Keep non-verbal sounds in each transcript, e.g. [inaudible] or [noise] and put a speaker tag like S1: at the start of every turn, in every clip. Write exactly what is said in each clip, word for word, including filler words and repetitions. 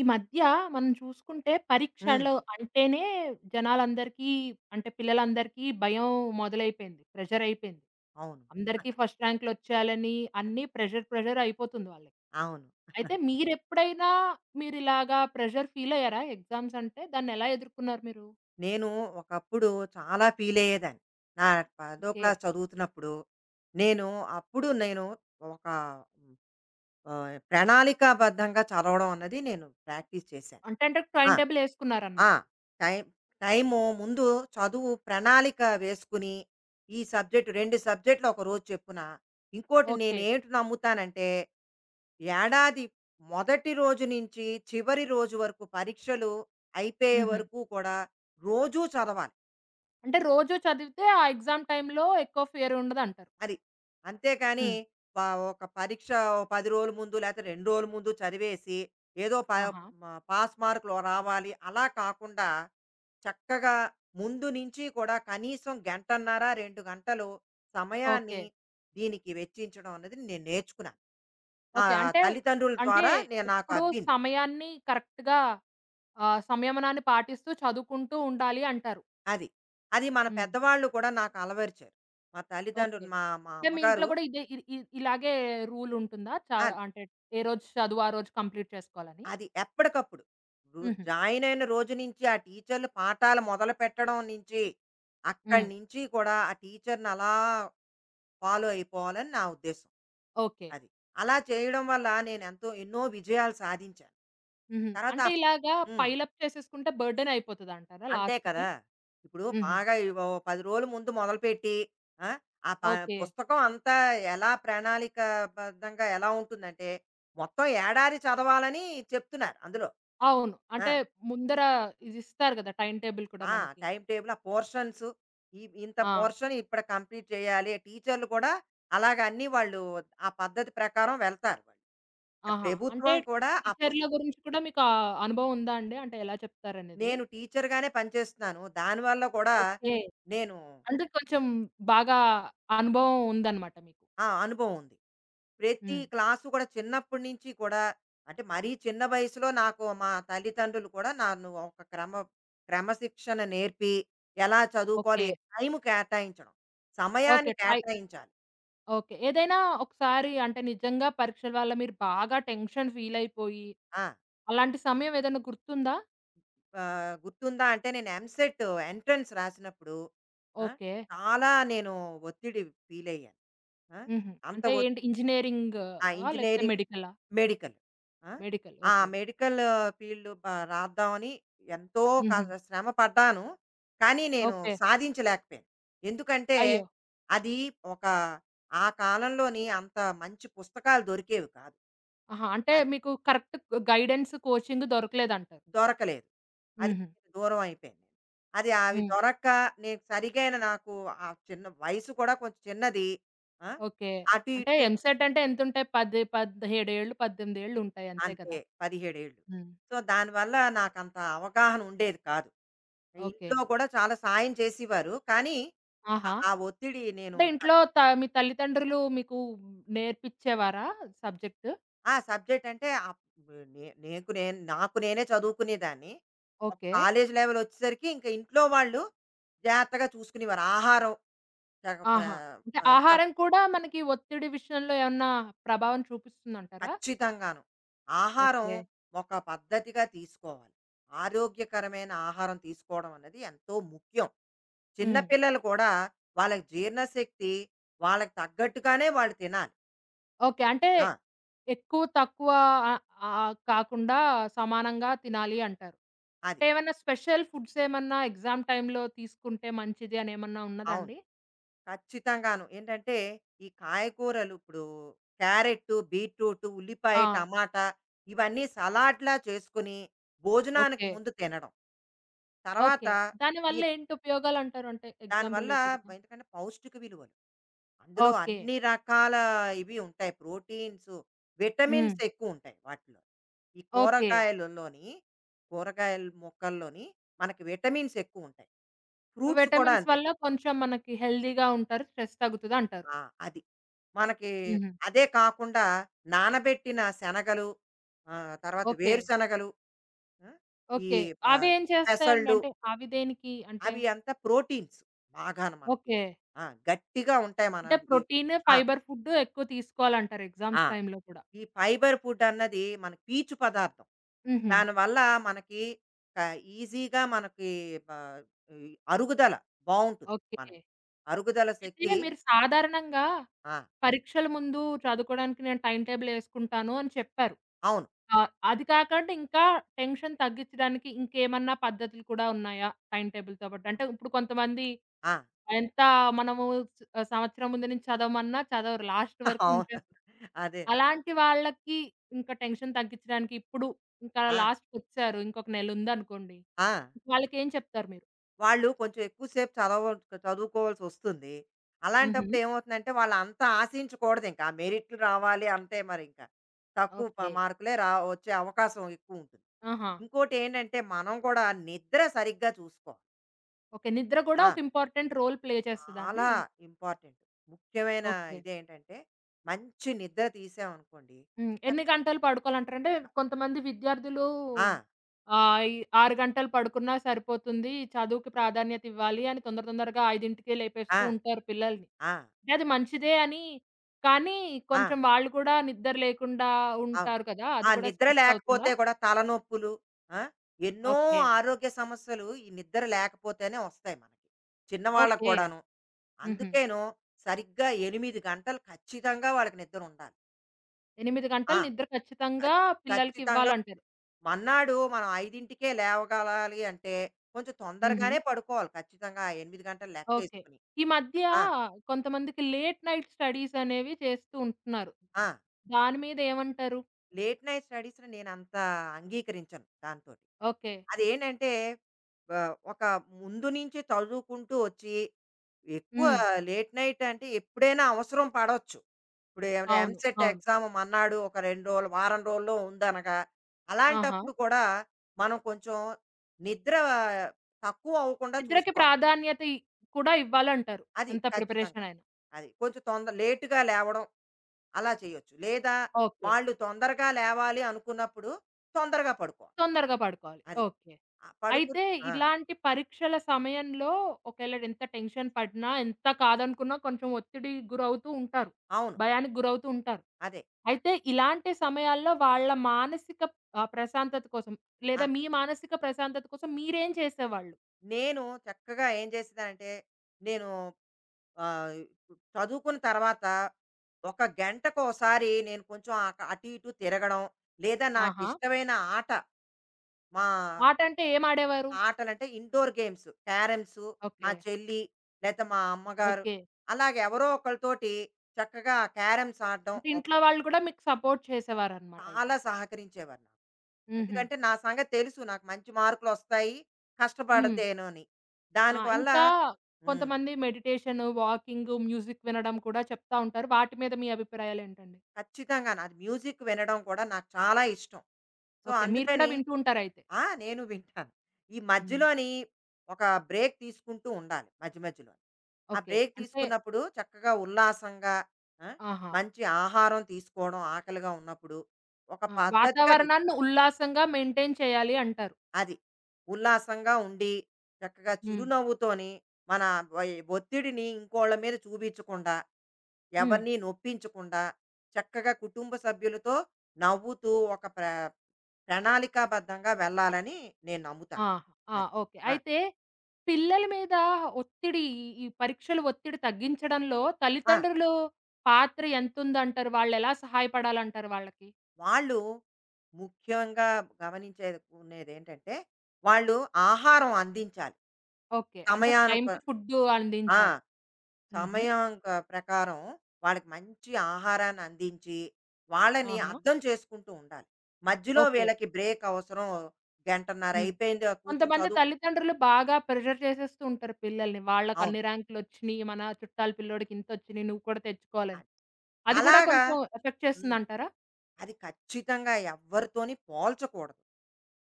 S1: ఈ మధ్య మనం చూసుకుంటే
S2: హ్మ్.
S1: పరీక్షలు అంటేనే జనాలందరికీ అంటే పిల్లలందరికీ భయం మొదలైపోయింది. ప్రెషర్ అయిపోయింది.
S2: అవును.
S1: అందరికీ ఫస్ట్ ర్యాంకులొచ్చేయాలని అన్నీ ప్రెషర్, ప్రెషర్ అయిపోతుంది వాళ్ళకి.
S2: అవును.
S1: అయితే మీరెప్పుడైనా మీరిలాగా ప్రెషర్ ఫీలయ్యారా ఎగ్జామ్స్ అంటే? దాన్నెలా ఎదుర్కున్నారు మీరు?
S2: నేను ఒకప్పుడు చాలా ఫీలయ్యేదాన్ని. నా 10థ్
S1: ఓకే.
S2: క్లాస్ చదువుతున్నప్పుడు, నేను అప్పుడు నేను ఒక ఆహ్, ప్రణాళికాబద్ధంగా చదవడం అన్నది నేను ప్రాక్టీస్ చేశాను.
S1: అంటే అంటే
S2: ఆ!
S1: టైమ్ టేబుల్
S2: ఆ!
S1: ఏసుకున్నారనమాట.
S2: టైం టైము ముందు చదువు ప్రణాళిక వేసుకుని, ఈ సబ్జెక్ట్ రెండు సబ్జెక్ట్‌లు ఒకరోజు చెప్పున, ఇంకోటి
S1: ఓకే.
S2: నేనేంటి నమ్ముతానంటే ఏడాది మొదటి రోజు నుంచి చివరి రోజు వరకు పరీక్షలు అయిపోయే
S1: హుహు.
S2: వరకు కూడా రోజూ చదవాలి.
S1: అంటే రోజు చదివితే ఆ ఎగ్జామ్ టైమ్‌లో ఎక్కువ ఫియర్ ఉండదంటారు.
S2: అది. అంతేకాని
S1: హ్మ్.
S2: ప ఒక పరీక్ష ఓ పది రోజుల ముందు, లేతే రెండు రోజుల ముందు చదివేసి ఏదో ప
S1: ఆహా!
S2: మ పాస్ మార్కులు రావాలి అలా కాకుండా చక్కగా ముందు నుంచి కూడా కనీసం గంటన్నర, రెండు గంటలు
S1: ఓకే.
S2: సమయాన్ని దీనికి వెచ్చించడం అనేది నేను నేర్చుకున్నాను. నా
S1: ఓకే. అంటే,
S2: తల్లిదండ్రుల
S1: అంటే
S2: ద్వారా నేను నాకు
S1: ఎప్పుడూ
S2: అబ్బింది.
S1: సమయాన్ని కరెక్ట్‌గా ఆహ్, సంయమనాన్ని పాటిస్తూ చదువుకుంటూ ఉండాలి అంటారు.
S2: అది. అది మన
S1: హ్మ్.
S2: పెద్దవాళ్ళు కూడా నాకు అలవరిచారు. మా
S1: ఓకే.
S2: తల్లిదండ్రులు మా మా
S1: అంటే మీ ఇంట్లో
S2: అమ్మగారు.
S1: కూడా ఇదే ఇ ఇ ఇలాగే రూల్ ఉంటుందా? చ
S2: ఆ!
S1: అంటే ఏ రోజు చదువు ఆ రోజు కంప్లీట్ చేసుకోవాలని?
S2: అది ఎప్పటికప్పుడు. ఇప్పుడు
S1: హుహు.
S2: జాయిన్ అయిన రోజు నుంచి ఆ టీచర్‌లు పాఠాలు మొదలుపెట్టడం నుంచి, అక్కడి
S1: హ్మ్.
S2: నుంచి కూడా ఆ టీచర్‌ని అలా ఫాలో అయిపోవాలని నా ఉద్దేశ్యం.
S1: ఓకే.
S2: అది. అలా చేయడం వల్ల నేనెంతో ఎన్నో విజయాలు సాధించాను.
S1: హుహు.
S2: తర్వాత
S1: అంటే ఇలాగా
S2: హ్మ్.
S1: పైలప్ చేసేసుకుంటే బర్డెన్ అయిపోతదంటారా
S2: అంతే
S1: లాస్ట్‌కి?
S2: కదా! ఇప్పుడు
S1: హుహు.
S2: బాగా ఇవ్ ఓ పది రోజులు ముందు మొదలుపెట్టి, ఆ! ఆ ప
S1: ఓకే.
S2: పుస్తకం అంతా ఎలా ప్రణాళికాబద్ధంగా ఎలా ఉంటుందంటే, మొత్తం ఏడాది చదవాలని చెప్తున్నారు అందులో.
S1: అవును.
S2: ఆ!
S1: అంటే ముందర ఇది ఇస్తారు గదా! టైమ్ టేబుల్ కూడా
S2: ఆ!
S1: మనకి.
S2: టైమ్ టేబుల్, ఆ పోర్షన్స్, ఇ ఇంత
S1: ఆ!
S2: పోర్షన్ ఇప్పుడు కంప్లీట్ చేయాలి. టీచర్లు కూడా అలాగ అన్నీ వాళ్ళు ఆ పద్ధతి ప్రకారం వెళ్తారు వాళ్ళు. ఆ
S1: ఆహా! అంటే
S2: ప్రభుత్వం కూడా ఆ పుస్
S1: టీచర్ల గురించి కూడా మీకు ఆ అనుభవం ఉందా అండి? అంటే ఎలా చెప్తారనేది?
S2: నేను టీచర్‌గానే పనిచేస్తున్నాను. దానివల్ల కూడా
S1: ఓకే.
S2: నేను.
S1: అంటే కొంచెం బాగా అనుభవం ఉందన్నమాట మీకు.
S2: ఆ! అనుభవం ఉంది. ప్రతి
S1: హ్మ్.
S2: క్లాసు కూడా చిన్నప్పటి నుంచి కూడా అంటే మరీ చిన్న వయసులో నాకు మా తల్లిదండ్రులు కూడా నన్ను ఒక క్రమ క్రమశిక్షణ నేర్పి ఎలా
S1: ఓకే.
S2: చదువుకోవాలి, టైం కేటాయించడం, సమయాన్ని
S1: ఓకే. టై
S2: కేటాయించాలి.
S1: ఓకే. ఏదైనా ఒకసారి అంటే నిజంగా పరీక్షల వల్ల మీరు బాగా టెన్షన్ ఫీలయిపోయి,
S2: ఆ,
S1: అలాంటి సమయం ఏదైనా గుర్తుందా?
S2: ఆ, గుర్తుందా అంటే నేను ఎంసెట్ ఎంట్రన్స్ రాసినప్పుడు ఆ,
S1: ఓకే.
S2: చాలా నేను ఒత్తిడి ఫీల్ అయ్యాను. ఆ,
S1: హుహు.
S2: అంత
S1: అంటే
S2: ఒత్తి
S1: ఏంటి ఇంజినీరింగ్
S2: ఆ
S1: ఆ? లేకపోతే
S2: ఇంజనీరింగ్,
S1: మెడికలా?
S2: మెడికల్. ఆ!
S1: మెడికల్.
S2: ఆ
S1: ఓకే.
S2: మెడికల్ ఫీల్డ్ ప రాద్దామని ఎంతో
S1: హుహు.
S2: క శ్రమ పడ్డాను. కానీ నేను
S1: ఓకే.
S2: సాధించలేకపోయాను. ఎందుకంటే,
S1: అయ్యో!
S2: అది ఒక ఆ కాలంలోని అంత మంచి పుస్తకాలు దొరికేవి కాదు.
S1: ఆహా! అంటే
S2: అది
S1: మీకు కరెక్ట్ గైడెన్స్, కోచింగ్ దొరకలేదంటారు.
S2: దొరకలేదు. అది
S1: హుహు.
S2: దూరం అయిపోయింది. అది అవి
S1: హ్మ్.
S2: దొరక్క నేను సరిగైన నాకు ఆ చిన్న వయసు కూడా కొంచెం చిన్నది. ఆ!
S1: ఓకే.
S2: అటు
S1: అంటే
S2: ఇటు
S1: ఎంసెట్ అంటే ఎంతుంటాయి? పది పదిహేడు ఏళ్ళు, పద్దెనిమిది ఏళ్ళు ఉంటాయి అంతే
S2: అంతే
S1: కదా!
S2: పదిహేడు ఏళ్ళు.
S1: హ్మ్.
S2: సో, దానివల్ల నాకంత అవగాహన ఉండేది కాదు.
S1: ఓకే.
S2: ఇంట్లో కూడా చాలా సాయం చేసేవారు. కానీ ఆ
S1: ఆహా!
S2: ఆ ఒత్తిడి నేను
S1: అంటే ఇంట్లో
S2: తట్
S1: త మీ తల్లిదండ్రులు మీకు నేర్పిచ్చేవారా సబ్జెక్టు?
S2: ఆ! సబ్జెక్ట్ అంటే అప్ నే నీకు నేను నాకు నేనే చదువుకునేదాన్ని. ఒక
S1: ఓకే.
S2: కాలేజ్ లెవెల్ వచ్చేసరికి ఇంక ఇంట్లో వాళ్ళు జాగ్రత్తగా చూసుకునేవారు. ఆహారం. జాగ ప్ర
S1: ఆహా! అంటే
S2: ఎంత
S1: ఆహారం కూడా మనకి ఒత్తిడి విషయంలో ఏమన్నా ప్రభావం చూపిస్తుందంటారా?
S2: ఖచ్చితంగాను. ఆహారం
S1: ఓకే.
S2: ఒక పద్ధతిగా తీసుకోవాలి. ఆరోగ్యకరమైన ఆహారం తీసుకోవడం అన్నది ఎంతో ముఖ్యం. చిన్న
S1: హ్మ్.
S2: పిల్లలు కూడా వాళ్ళకి జీర్ణశక్తి వాళ్ళకి తగ్గట్టుగానే వాళ్ళు తినాలి.
S1: ఓకే. అంటే
S2: ఆ!
S1: ఎక్కువ, తక్కువ ఆహ్, ఆహ్, కాకుండా సమానంగా తినాలి అంటారు.
S2: అది.
S1: అంటే ఏమన్నా స్పెషల్ ఫుడ్స్ ఏమన్నా ఎగ్జామ్ టైమ్‌లో తీసుకుంటే మంచిది అనేమన్నా
S2: అవును.
S1: ఉన్నదండి?
S2: ఖచ్చితంగాను. ఏంటంటే, ఈ కాయగూరలు ఇప్పుడు క్యారెట్టు, బీట్రూటు, ఉల్లిపాయ,
S1: ఆ!
S2: టమాటా, ఇవన్నీ సలాడ్‌లా చేసుకొని, భోజనానికి
S1: ఓకే.
S2: ముందు తినడం. తర్వాత.
S1: ఓకే.
S2: ఈ
S1: దానివల్ల ఏంటి ఉపయోగాలంటారు? అంటే ఎగ్జామ్
S2: దానివల్ల
S1: రిలేటెడ్‌గా.
S2: ఎందుకంటే, పౌష్టిక విలువలు అందులో
S1: ఓకే.
S2: అన్ని రకాల ఇవి ఉంటాయి. ప్రోటీన్సు,
S1: హ్మ్.
S2: విటమిన్స్ ఎక్కువుంటాయి వాటిలో. ఈ
S1: ఓకే.
S2: కూరగాయలలోని కూరగాయల మొక్కల్లోని మనకి విటమిన్స్ ఎక్కువుంటాయి. ఫ్రూట్స్ కూడా
S1: విటమిన్స్
S2: అంతే.
S1: వల్ల కొంచెం మనకి హెల్తీగా ఉంటారు. స్ట్రెస్ తగ్గుతదంటారు.
S2: ఆ! అది. మనకి
S1: హుహు.
S2: అదే కాకుండా నానబెట్టిన శనగలు, ఆహ్, తర్వాత
S1: ఓకే.
S2: వేరుశనగలు, ఆ! ఈ
S1: ఓకే.
S2: ఆహ్,
S1: అవేం చేస్తాయండి?
S2: పెసళ్ళు,
S1: అంటే అవి దేనికి అంటే
S2: అవి అంతా ప్రోటీన్స్ బాగాను మనకి.
S1: ఓకే.
S2: ఆ! గట్టిగా ఉంటాయి
S1: అంటే
S2: మనది.
S1: ప్రోటీన్,
S2: ఆ!
S1: ఫైబర్ ఫుడ్ ఎక్కువ తీసుకోవాలంటారు
S2: ఆ!
S1: ఎగ్జామ్స్ టైమ్‌లో కూడా.
S2: ఈ ఫైబర్ ఫుడ్ అన్నది మనకి పీచు పదార్థం.
S1: హుహు.
S2: దానివల్ల మనకి ఆహ్, ఈజీగా మనకి బ ఈ అరుగుదల బావుంటుంది
S1: ఓకే.
S2: మనకి. అరుగుదల శక్తి.
S1: అయితే మీరు సాధారణంగా
S2: ఆ!
S1: పరీక్షల ముందు చదువుకోవడానికి నేను టైమ్ టేబుల్ యేసుకుంటాను అని చెప్పారు.
S2: అవును.
S1: ఆ! అది కాకుండా ఇంకా టెన్షన్ తగ్గించడానికి ఇంకేమన్నా పద్ధతులు కూడా ఉన్నాయా? టైమ్ టేబుల్‌తో పాటు? అంటే ఇప్పుడు కొంతమంది
S2: ఆ!
S1: ఎంత మనము స సంవత్సరం ముందు నుంచి చదవమన్నా చదవరు. లాస్ట్ వరకు
S2: [laughs] అవును.
S1: ఉంచేస్తారు.
S2: అదే.
S1: అలాంటి వాళ్ళకి ఇంకా టెన్షన్ తగ్గించడానికి ఇప్పుడు ఇంకా
S2: ఆ!
S1: లాస్ట్‌కొచ్చారు. ఇంకొక నెలుందనుకోండి.
S2: ఆ!
S1: వాళ్ళకేం చెప్తారు మీరు?
S2: వాళ్ళు కొంచెం ఎక్కువ సేపు చదవ చదువుకోవాల్సొస్తుంది. అలాంటప్పుడు
S1: హుహు.
S2: ఏమవుతుందంటే, వాళ్ళంతా ఆశించకూడదింక ఆ మెరిట్లు రావాలి అంటే మరింక. తక్కువ ప
S1: ఓకే.
S2: మార్కులే రా వచ్చే అవకాశం ఎక్కువుంటుంది.
S1: ఆహా!
S2: ఇంకోటేంటంటే, మనం కూడా నిద్ర సరిగ్గా చూసుకోవాలి.
S1: ఓకే. నిద్ర కూడా
S2: ఆ!
S1: ఒక ఇంపార్టెంట్ రోల్ ప్లే చేస్తదా అండి?
S2: చాలా ఇంపార్టెంట్. ముఖ్యమైన
S1: ఓకే.
S2: ఇదేంటంటే, మంచి నిద్ర తీసామనుకోండి
S1: హ్మ్. ఎన్ని
S2: చక్కగా.
S1: గంటలు పడుకోవాలంటారంటే కొంతమంది విద్యార్థులు
S2: ఆ!
S1: ఆహ్, ఈ ఆరు గంటలు పడుకున్నా సరిపోతుంది. చదువుకి ప్రాధాన్యత ఇవ్వాలి అని తొందర తొందరగా ఐదుకే లేపేస్తూ
S2: ఆ!
S1: ఉంటారు పిల్లల్ని.
S2: ఆ!
S1: అంటే అది మంచిదే అని కానీ
S2: ఆ!
S1: కొంచెం వాళ్ళు కూడా నిద్ర లేకుండా
S2: అవును.
S1: ఉంటారు కదా!
S2: ఆ
S1: అది కూడా
S2: నిద్ర
S1: స్ట్రెస్ అవుతుందా?
S2: లేకపోతే కూడా తలనొప్పులు, ఆ! ఎన్నో
S1: ఓకే.
S2: ఆరోగ్య సమస్యలు ఈ నిద్ర లేకపోతేనే వస్తాయి మనకి. చిన్నవాళ్ళకి
S1: ఓకే.
S2: కూడాను.
S1: హుహు.
S2: అందుకేను సరిగ్గా ఎనిమిది గంటలు ఖచ్చితంగా వాళ్ళకి నిద్ర ఉండాలి.
S1: ఎనిమిది
S2: ఆ!
S1: గంటలు నిద్ర ఖచ్చితంగా
S2: ఖచ్
S1: పిల్లలకి
S2: ఖచ్చితంగా.
S1: ఇవ్వాలంటారు.
S2: మన్నాడు మనం ఐదుకే లేవగలాలి అంటే కొంచెం
S1: హుహు.
S2: తొందరగానే పడుకోవాలి ఖచ్చితంగా. ఆ ఎనిమిది గంటలు
S1: ఓకే.
S2: లెక్కేసుకొని.
S1: ఈ మధ్య
S2: ఆ!
S1: కొంతమందికి లేట్ నైట్ స్టడీస్ అనేవి చేస్తూ ఉంటున్నారు.
S2: ఆ!
S1: దాని మీద ఏమంటారు?
S2: లేట్ నైట్ స్టడీస్‌ని నేనంత అంగీకరించను దాంతోటి.
S1: ఓకే.
S2: అదేంటంటే ఆహ్, ఒక ముందు నుంచి చదువుకుంటూ వచ్చి, ఎక్కువ
S1: హ్మ్.
S2: లేట్ నైట్ అంటే ఎప్పుడైనా అవసరం పడొచ్చు. ఇప్పుడు ఏమైనా
S1: అవును.
S2: ఎంసెట్
S1: అవును.
S2: ఎగ్జామ్ మర్నాడు ఒక రెండు రోజులు, వారం రోజుల్లో ఉందనగా,
S1: ఆహా!
S2: అలాంటప్పుడు కూడా మనం కొంచెం నిద్ర తక్కువ అవ్వకుండా
S1: నిద్రకి
S2: చూసుకోవాలి.
S1: ప్రాధాన్యత ఇ కూడా ఇవ్వాలంటారు.
S2: అది
S1: ఎంత ప్రిపరేషన్
S2: ఖచ్చితంగాను.
S1: అయినా.
S2: అది. కొంచెం తొందర లేట్‌గా లేవడం అలా చేయొచ్చు. లేదా
S1: ఓకే.
S2: వాళ్ళు తొందరగా లేవాలి అనుకున్నప్పుడు, తొందరగా పడుకోవాలి.
S1: తొందరగా పడుకోవాలి.
S2: అది.
S1: ఓకే.
S2: ఆ! పడుకు
S1: అయితే
S2: ఆ!
S1: ఇలాంటి పరీక్షల సమయంలో ఒకవేళ ఎంత టెన్షన్ పడినా, ఎంత కాదనుకున్నా కొంచెం ఒత్తిడికి గురవుతూ ఉంటారు.
S2: అవును.
S1: భయానికి గురవుతూ ఉంటారు.
S2: అదే.
S1: అయితే ఇలాంటి సమయాల్లో వాళ్ళ మానసిక ఆహ్, ప్రశాంతత కోసం
S2: ఆ!
S1: లేదా మీ మానసిక ప్రశాంతత కోసం మీరేం చేసేవాళ్ళు?
S2: నేను చక్కగా ఏం చేసేదానంటే, నేను ఆ, చదువుకున్న తర్వాత ఒక గంటకు ఒకసారి నేను కొంచెం ఆ- అటు ఇటు తిరగడం లేదా నాకు
S1: ఆహా!
S2: ఇష్టమైన ఆట. మా
S1: ఆట అంటే ఏం ఆడేవారు?
S2: ఆటలు అంటే ఇండోర్ గేమ్స్, క్యారమ్స్, మా
S1: ఓకే.
S2: చెల్లి లేదా మా అమ్మగారు,
S1: ఓకే.
S2: అలాగే ఎవరో ఒకరితోటి చక్కగా క్యారమ్స్ ఆడడం.
S1: అంటే
S2: ఒక-
S1: ఇంట్లో వాళ్ళు కూడా మీకు సపోర్ట్ చేసేవారనమాట అయితే.
S2: చాలా సహకరించేవారు నాకు,
S1: హుహు.
S2: ఎందుకంటే నా సంగతి తెలుసు, నాకు మంచి మార్కులు వస్తాయి
S1: హ్మ్.
S2: కష్టపడతేనో అని.
S1: ఆ!
S2: దానివల్ల
S1: ఇంకా కొంతమంది మెడిటేషన్, వాకింగ్, మ్యూజిక్ వినడం కూడా చెప్తా ఉంటారు. వాటి మీద మీ అభిప్రాయాలేంటండి?
S2: ఖచ్చితంగాను. అది మ్యూజిక్ వినడం కూడా నాకు చాలా ఇష్టం. So,
S1: okay. మీరు కూడా
S2: అందుకని
S1: వింటూ ఉంటారయితే.
S2: ఆ! నేను వింటాను. ఈ
S1: హ్మ్.
S2: మధ్యలోని ఒక బ్రేక్ తీసుకుంటూ ఉండాలి మధ్య మధ్యలో. ఆ
S1: ఓకే.
S2: బ్రేక్
S1: అంటే
S2: తీసుకున్నప్పుడు చక్కగా ఉల్లాసంగా ఆ!
S1: ఆహా!
S2: మంచి ఆహారం తీసుకోవడం ఆకలిగా ఉన్నప్పుడు ఒక
S1: ఆ!
S2: పద్ధతిగా తీ
S1: వాతావరణాన్ని ఉల్లాసంగా మెయింటైన్ చేయాలి అంటారు.
S2: అది. ఉల్లాసంగా ఉండి చక్కగా
S1: హ్మ్.
S2: చిరునవ్వుతోని మన వయ్ ఒత్తిడిని ఇంకోళ్ళ మీద చూపించకుండా,
S1: హ్మ్.
S2: ఎవరిని నొప్పించకుండా, చక్కగా కుటుంబ సభ్యులతో నవ్వుతూ ఒక ప్ర ప్రణాళికాబద్ధంగా వెళ్ళాలని నేను నమ్ముతాను.
S1: ఆహా! ఆ!
S2: అది.
S1: ఓకే.
S2: ఆ!
S1: అయితే పిల్లల మీద ఒత్తిడి ఈ ఈ పరీక్షల ఒత్తిడి తగ్గించడంలో
S2: ఆ!
S1: తల్లిదండ్రులు పాత్ర ఎంతుందంటారు? వాళ్ళెలా సహాయపడాలంటారు వాళ్ళకి?
S2: వాళ్ళు ముఖ్యంగా గమనించేకునేదేంటంటే, వాళ్ళు ఆహారం అందించాలి.
S1: ఓకే. అంటే
S2: సమయానుక
S1: టైమ్‌కి ఫుడ్డు
S2: ఆ!
S1: అందించాలి. హుహు.
S2: సమయం క ప్రకారం వాళ్ళకి మంచి ఆహారాన్ని అందించి, వాళ్ళని
S1: ఆహా!
S2: అర్థం చేసుకుంటూ ఉండాలి. మధ్యలో
S1: ఓకే.
S2: వీళ్ళకి బ్రేక్ అవసరం. గంటన్నర
S1: హ్మ్.
S2: అయిపోయింది కూర్చొని
S1: కొంతమంది
S2: చదువుకు
S1: తల్లిదండ్రులు బాగా ప్రెషర్ చేసేస్తూ ఉంటారు పిల్లల్ని.
S2: అవును.
S1: వాళ్ళకన్ని ర్యాంకులొచ్చినియి, మన చుట్టాల పిల్లోడికి ఇంతొచ్చినియి, నువ్వు కూడా తెచ్చుకోవాలని.
S2: అది.
S1: అది కూడా
S2: అలాగా
S1: కొంచెం ఎఫెక్ట్
S2: హ్మ్.
S1: చేస్తుందంటారా?
S2: అది ఖచ్చితంగా ఎవ్వరితోని పోల్చకూడదు.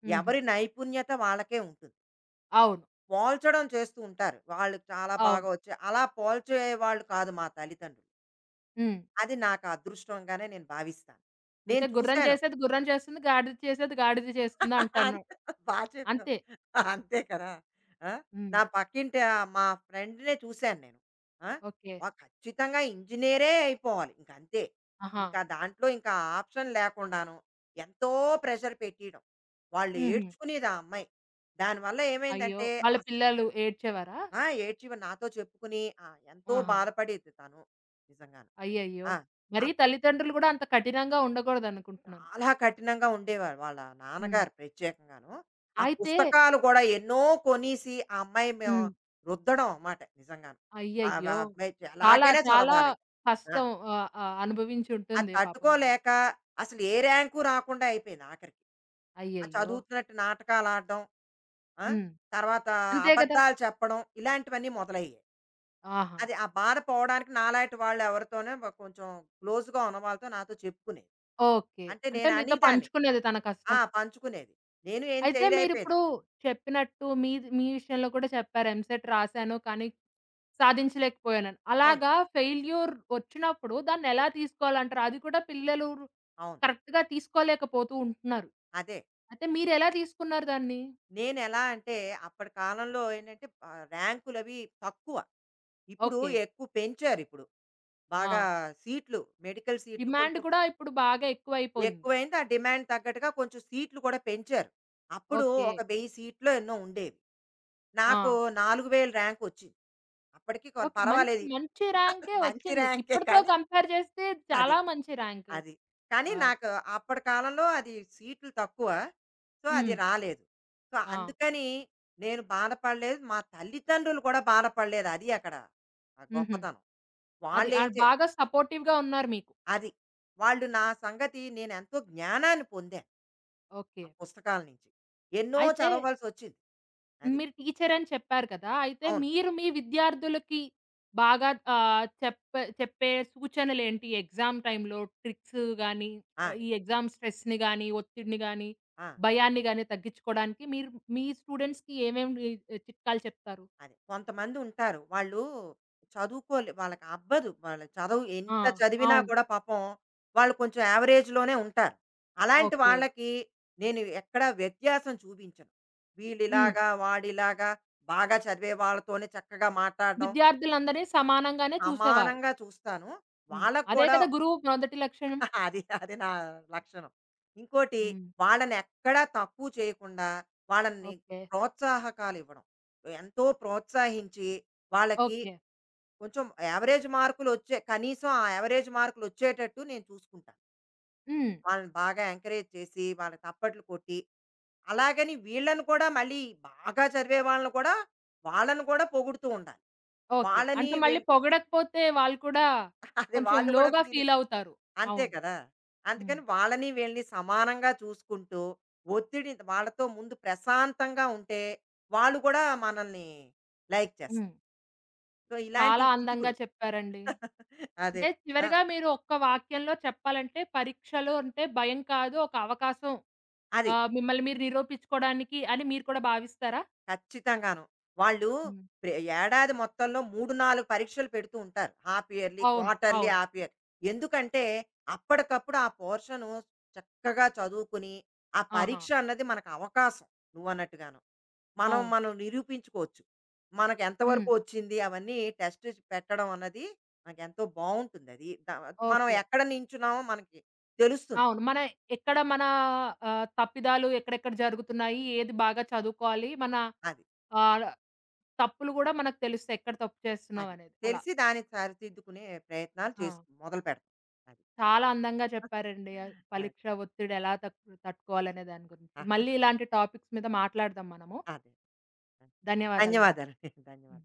S1: హుహు.
S2: ఎవరి నైపుణ్యత వాళ్ళకే ఉంటుంది.
S1: అవును.
S2: పోల్చడం చేస్తూ ఉంటారు. వాళ్ళు చాలా బాగా
S1: అవును.
S2: వచ్చాయి. అలా పోల్చేవాళ్ళు కాదు మా తల్లిదండ్రులు.
S1: హ్మ్.
S2: అది నాకు అదృష్టంగానే నేను భావిస్తాను.
S1: అంటే
S2: నేను
S1: గుర్రం
S2: చూసాను.
S1: చేసేది గుర్రం చేస్తుంది, గాడిద చేసేది గాడిద చేస్తుంది అంటాను.
S2: అంతే. బా చెప్పావు.
S1: అంతే.
S2: అంతే కదా! ఆ!
S1: హ్మ్.
S2: నా పక్కింటి ఆహ్, మా ఫ్రెండ్‌నే చూసాను నేను. ఆ!
S1: ఓకే.
S2: వా ఖచ్చితంగా ఇంజినీరే అయిపోవాలి. ఇంకంతే.
S1: ఆహా!
S2: ఇంకా దాంట్లో ఇంకా ఆప్షన్ లేకుండాను ఎంతో ప్రెషర్ పెట్టియడం. వాళ్ళు
S1: హుహు.
S2: ఏడ్చుకునేది ఆ అమ్మాయి. దానివల్ల
S1: అయ్యో!
S2: ఏమైందంటే
S1: వాళ్ళ
S2: అస్
S1: పిల్లలు ఏడ్చేవారా?
S2: ఆ! ఏడ్చి నాతో చెప్పుకుని ఆ! ఎంతో
S1: ఆహా!
S2: బాధపడేది తను నిజంగాను.
S1: అయ్యయ్యో!
S2: ఆ! ఆ
S1: మరి తల్లిదండ్రులు గూడా అంత కఠినంగా ఉండకూడదనుకుంటున్నాను.
S2: చాలా కఠినంగా ఉండేవారు వాళ్ళ
S1: హ్మ్.
S2: నాన్నగారు ప్రత్యేకంగాను. ఆ
S1: అయితే
S2: పుస్తకాలు గూడా ఎన్నో కొనేసి ఆ అమ్మాయి మేము
S1: హ్మ్.
S2: రుద్దడం అన్నమాట నిజంగాను. ఆ బ
S1: అయ్యయ్యో!
S2: అమ్మాయి
S1: చాలా
S2: ఎలాగైనా
S1: చాలా
S2: చదవాలి. ఆ!
S1: కష్టం ఆహ్, ఆహ్,
S2: అది
S1: అనుభవించుంటుంది పాపం ఆమె.
S2: తట్టుకోలేక అసలు ఏ ర్యాంకు రాకుండా అయిపోయింది ఆఖరికి. ఆ
S1: అయ్యయ్యో!
S2: చదువుతున్నట్టు నాటకాలాడడం. ఆ!
S1: హ్మ్.
S2: తర్వాత
S1: అంతే గదా!
S2: అబద్ధాలు చెప్పడం ఇలాంటివన్నీ మొదలయ్యాయి.
S1: ఆహా!
S2: అది ఆ బాధ పోవడానికి నాలాంటి వాళ్ళు ఎవరితోనో కొంచెం క్లోజ్‌గా ఉన్న వాళ్ళతో నాతో చెప్పుకునేది.
S1: ఓకే.
S2: అంటే
S1: అంటే
S2: నేను
S1: మీతో
S2: అనేదాన్ని.
S1: పంచుకునేది తన
S2: ఆ!
S1: కష్టం.
S2: పంచుకునేది. నేను ఏం
S1: అయితే మీరిప్పుడు
S2: చేయలేకపోయేదాన్ని.
S1: చెప్పినట్టు మీది మీ విషయంలో కూడా చెప్పారు. ఎంసెట్ రాసాను కానీ సాధించలేకపోయానని.
S2: అవును.
S1: అలాగా ఫెయిల్యూర్ వచ్చినప్పుడు దాన్నెలా తీసుకోవాలంటారు? అది కూడా పిల్లలు
S2: అవును.
S1: కరెక్ట్‌గా తీసుకోలేకపోతూ ఉంటున్నారు.
S2: అదే.
S1: అయితే మీరెలా తీసుకున్నారు దాన్ని?
S2: నేనెలా అంటే అప్పటి కాలంలో ఏంటంటే ఆహ్, ర్యాంకులవి తక్కువ. ఇప్పుడు
S1: ఓకే.
S2: ఎక్కువ పెంచారిప్పుడు. బాగా
S1: ఆ!
S2: సీట్లు, మెడికల్ సీట్లు
S1: డిమాండ్
S2: కొంచెం
S1: కూడా ఇప్పుడు బాగా ఎక్కువైపోయింది.
S2: ఎక్కువైంది. ఆ డిమాండ్ తగ్గట్టుగా కొంచెం సీట్లు కూడా పెంచారు. అప్పుడు
S1: ఓకే.
S2: ఒక వెయ్యి సీట్లో ఎన్నో ఉండేవి.
S1: ఆ!
S2: నాకు నాలుగు వేల ర్యాంకొచ్చింది. అప్పటికి కొ
S1: ఓకే. మంచి
S2: పర్వాలేదు.
S1: మంచి
S2: [laughs]
S1: ర్యాంకే
S2: మంచి
S1: వచ్చింది.
S2: ర్యాంకే
S1: ఇప్పటితో
S2: కానీ
S1: కంపేర్ చేస్తే
S2: అది.
S1: చాలా మంచి ర్యాంక్.
S2: అది. కానీ
S1: ఆ!
S2: నాకు అప్పటి కాలంలో అది సీట్లు తక్కువ. సో, అది
S1: హ్మ్.
S2: రాలేదు. సో,
S1: ఆ!
S2: అందుకని నేను బాధపడలేదు. మా తల్లిదండ్రులు కూడా బాధపడలేదు. అది అక్కడ ఆ
S1: హుహు.
S2: గొప్పతనం.
S1: అది
S2: వాళ్ళేం
S1: ఆడ్
S2: చేస్
S1: బాగా సపోర్టివ్‌గా ఉన్నారు మీకు.
S2: అది. వాళ్ళు నా సంగతి నేనెంతో జ్ఞానాన్ని పొందాను
S1: ఓకే.
S2: ఆ పుస్తకాల నుంచి. ఎన్నో
S1: అయితే
S2: చదవవలసొచ్చింది. అది.
S1: మీరు టీచర్ అని చెప్పారు కదా! అయితే
S2: అవును.
S1: మీరు మీ విద్యార్థులకి బాగా ఆహ్, చెప్పే చెప్పే సూచనలేంటి? ఎగ్జామ్ టైమ్‌లో ట్రిక్స్ గాని,
S2: ఆ!
S1: ఈ ఎగ్జామ్ స్ట్రెస్‌ని గాని, ఒత్తిడిని గాని,
S2: ఆ!
S1: భయాన్ని గాని తగ్గించుకోవడానికి మీరు మీ స్టూడెంట్స్‌కి ఏమేమి చిట్కాలు చెప్తారు?
S2: అది. కొంతమందుంటారు. వాళ్ళు చదువుకోలే వాళ్ళకి అబ్బదు. వాళ్ళ చదువు
S1: ఆ!
S2: ఎంత చదివినా
S1: అవును.
S2: కూడా పాపం వాళ్ళు కొంచెం యావరేజ్‌లోనే ఉంటారు. అలాంటి
S1: ఓకే.
S2: వాళ్ళకి నేను ఎక్కడా వ్యత్యాసం చూపించను.
S1: హ్మ్.
S2: వీళ్ళిలాగా, వాడిలాగా, బాగా చదివే వాళ్ళతోనే చక్కగా మాట్లాడడం,
S1: విద్యార్థులందరిని సమానంగానే చూసేవారు.
S2: సమానంగా చూస్తాను.
S1: హ్మ్.
S2: వాళ్ళకి
S1: అదే
S2: కూడా
S1: కదా గురువు మొదటి లక్షణం.
S2: [laughs] అది అది నా లక్షణం. ఇంకోటి,
S1: హ్మ్.
S2: వాళ్ళని ఎక్కడా తక్కువ చేయకుండా వాళ్ళని
S1: ఓకే.
S2: ప్రోత్సాహకాలివ్వడం. ఎంతో ప్రోత్సహించి వాళ్ళకి
S1: ఓకే.
S2: కొంచెం యావరేజ్ మార్కులు వచ్చే కనీసం ఆ యావరేజ్ మార్కులు వచ్చేటట్టు నేను చూసుకుంటాను.
S1: హ్మ్.
S2: వాళ్ళని బాగా ఎంకరేజ్ చేసి, వాళ్ళకి తప్పట్లు కొట్టి, అలాగని వీళ్ళని కూడా మళ్ళీ బాగా చదివే వాళ్ళని కూడా, వాళ్ళని కూడా పొగుడుతూ ఉండాలి.
S1: ఓకే.
S2: వాళ్ళని
S1: అంటే మళ్ళీ
S2: వీళ్ళు
S1: పొగడకపోతే వాళ్ళు కూడా
S2: [laughs] అదే,
S1: కొంచెం
S2: వాళ్ళు కూడా
S1: లోగా
S2: ఫీల్.
S1: ఫీలవుతారు.
S2: అంతే
S1: అవును.
S2: కదా!
S1: హ్మ్.
S2: అందుకని వాళ్ళని వీళ్ళని సమానంగా చూసుకుంటూ, ఒత్తిడి వాళ్ళతో ముందు ప్రశాంతంగా ఉంటే, వాళ్ళు కూడా మనల్ని లైక్
S1: హ్మ్.
S2: చేస్తారు. సో, ఇలాంటి
S1: చాలా అందంగా
S2: కిటుకులు.
S1: చెప్పారండి.
S2: [laughs] అదే.
S1: అంటే
S2: ఆ!
S1: చివరిగా మీరు ఒక్క వాక్యంలో చెప్పాలంటే పరీక్షలు అంటే భయం కాదు ఒక అవకాశం
S2: అది.
S1: ఆహ్, మిమ్మల్ని మీరు నిరూపించుకోవడానికి అని మీరు కూడా భావిస్తారా?
S2: ఖచ్చితంగాను. వాళ్ళు
S1: హ్మ్.
S2: ప్రె ఏడాది మొత్తంలో మూడు, నాలుగు పరీక్షలు పెడుతూ ఉంటారు. హాఫ్ ఇయర్‌లీ,
S1: అవును.
S2: క్వార్టర్‌లీ,
S1: అవును.
S2: Half year. ఎందుకంటే, అప్పటికప్పుడు ఆ పోర్షను చక్కగా చదువుకుని, ఆ
S1: ఆహా!
S2: పరీక్ష అన్నది మనకు అవకాశం నువ్వన్నట్టుగాను. మనం
S1: అవును.
S2: మనం నిరూపించుకోవచ్చు. మనకు
S1: హ్మ్.
S2: ఎంతవరకు వచ్చింది అవన్నీ టెస్ట్ పెట్టడం అన్నది మనకెంతో బావుంటుందది. ద మనం
S1: ఓకే.
S2: ఎక్కడ నించున్నామో మనకి తెలుస్తుంది.
S1: అవును. మన ఎక్కడ మన ఆహ్, తప్పిదాలు ఎక్కడెక్కడ జరుగుతున్నాయి? ఏది బాగా చదువుకోవాలి? మన
S2: అది.
S1: ఆహ్, తప్పులు గూడా మనకు తెలుస్తాయి. ఎక్కడ తప్పు
S2: అది.
S1: చేస్తున్నామనేది అలా.
S2: తెలిసి దానికి సరిదిద్దుకునే ప్రయత్నాలు
S1: ఆ!
S2: చేస్తు మొదలు పెడతాం. అది.
S1: చాలా అందంగా చెప్పారండి. ఆహ్,
S2: ఆ!
S1: పరీక్ష ఒత్తిడి ఎలా తక్ తట్టుకోవాలనే దాని గురించి. మళ్ళీ ఇలాంటి టాపిక్స్ మీద మాట్లాడదాం మనము.
S2: అదే.
S1: ధన్యవాదాలండి.
S2: ధన్యవాదాలండి. [laughs]
S1: హ్మ్.
S2: ధన్యవాదాలు.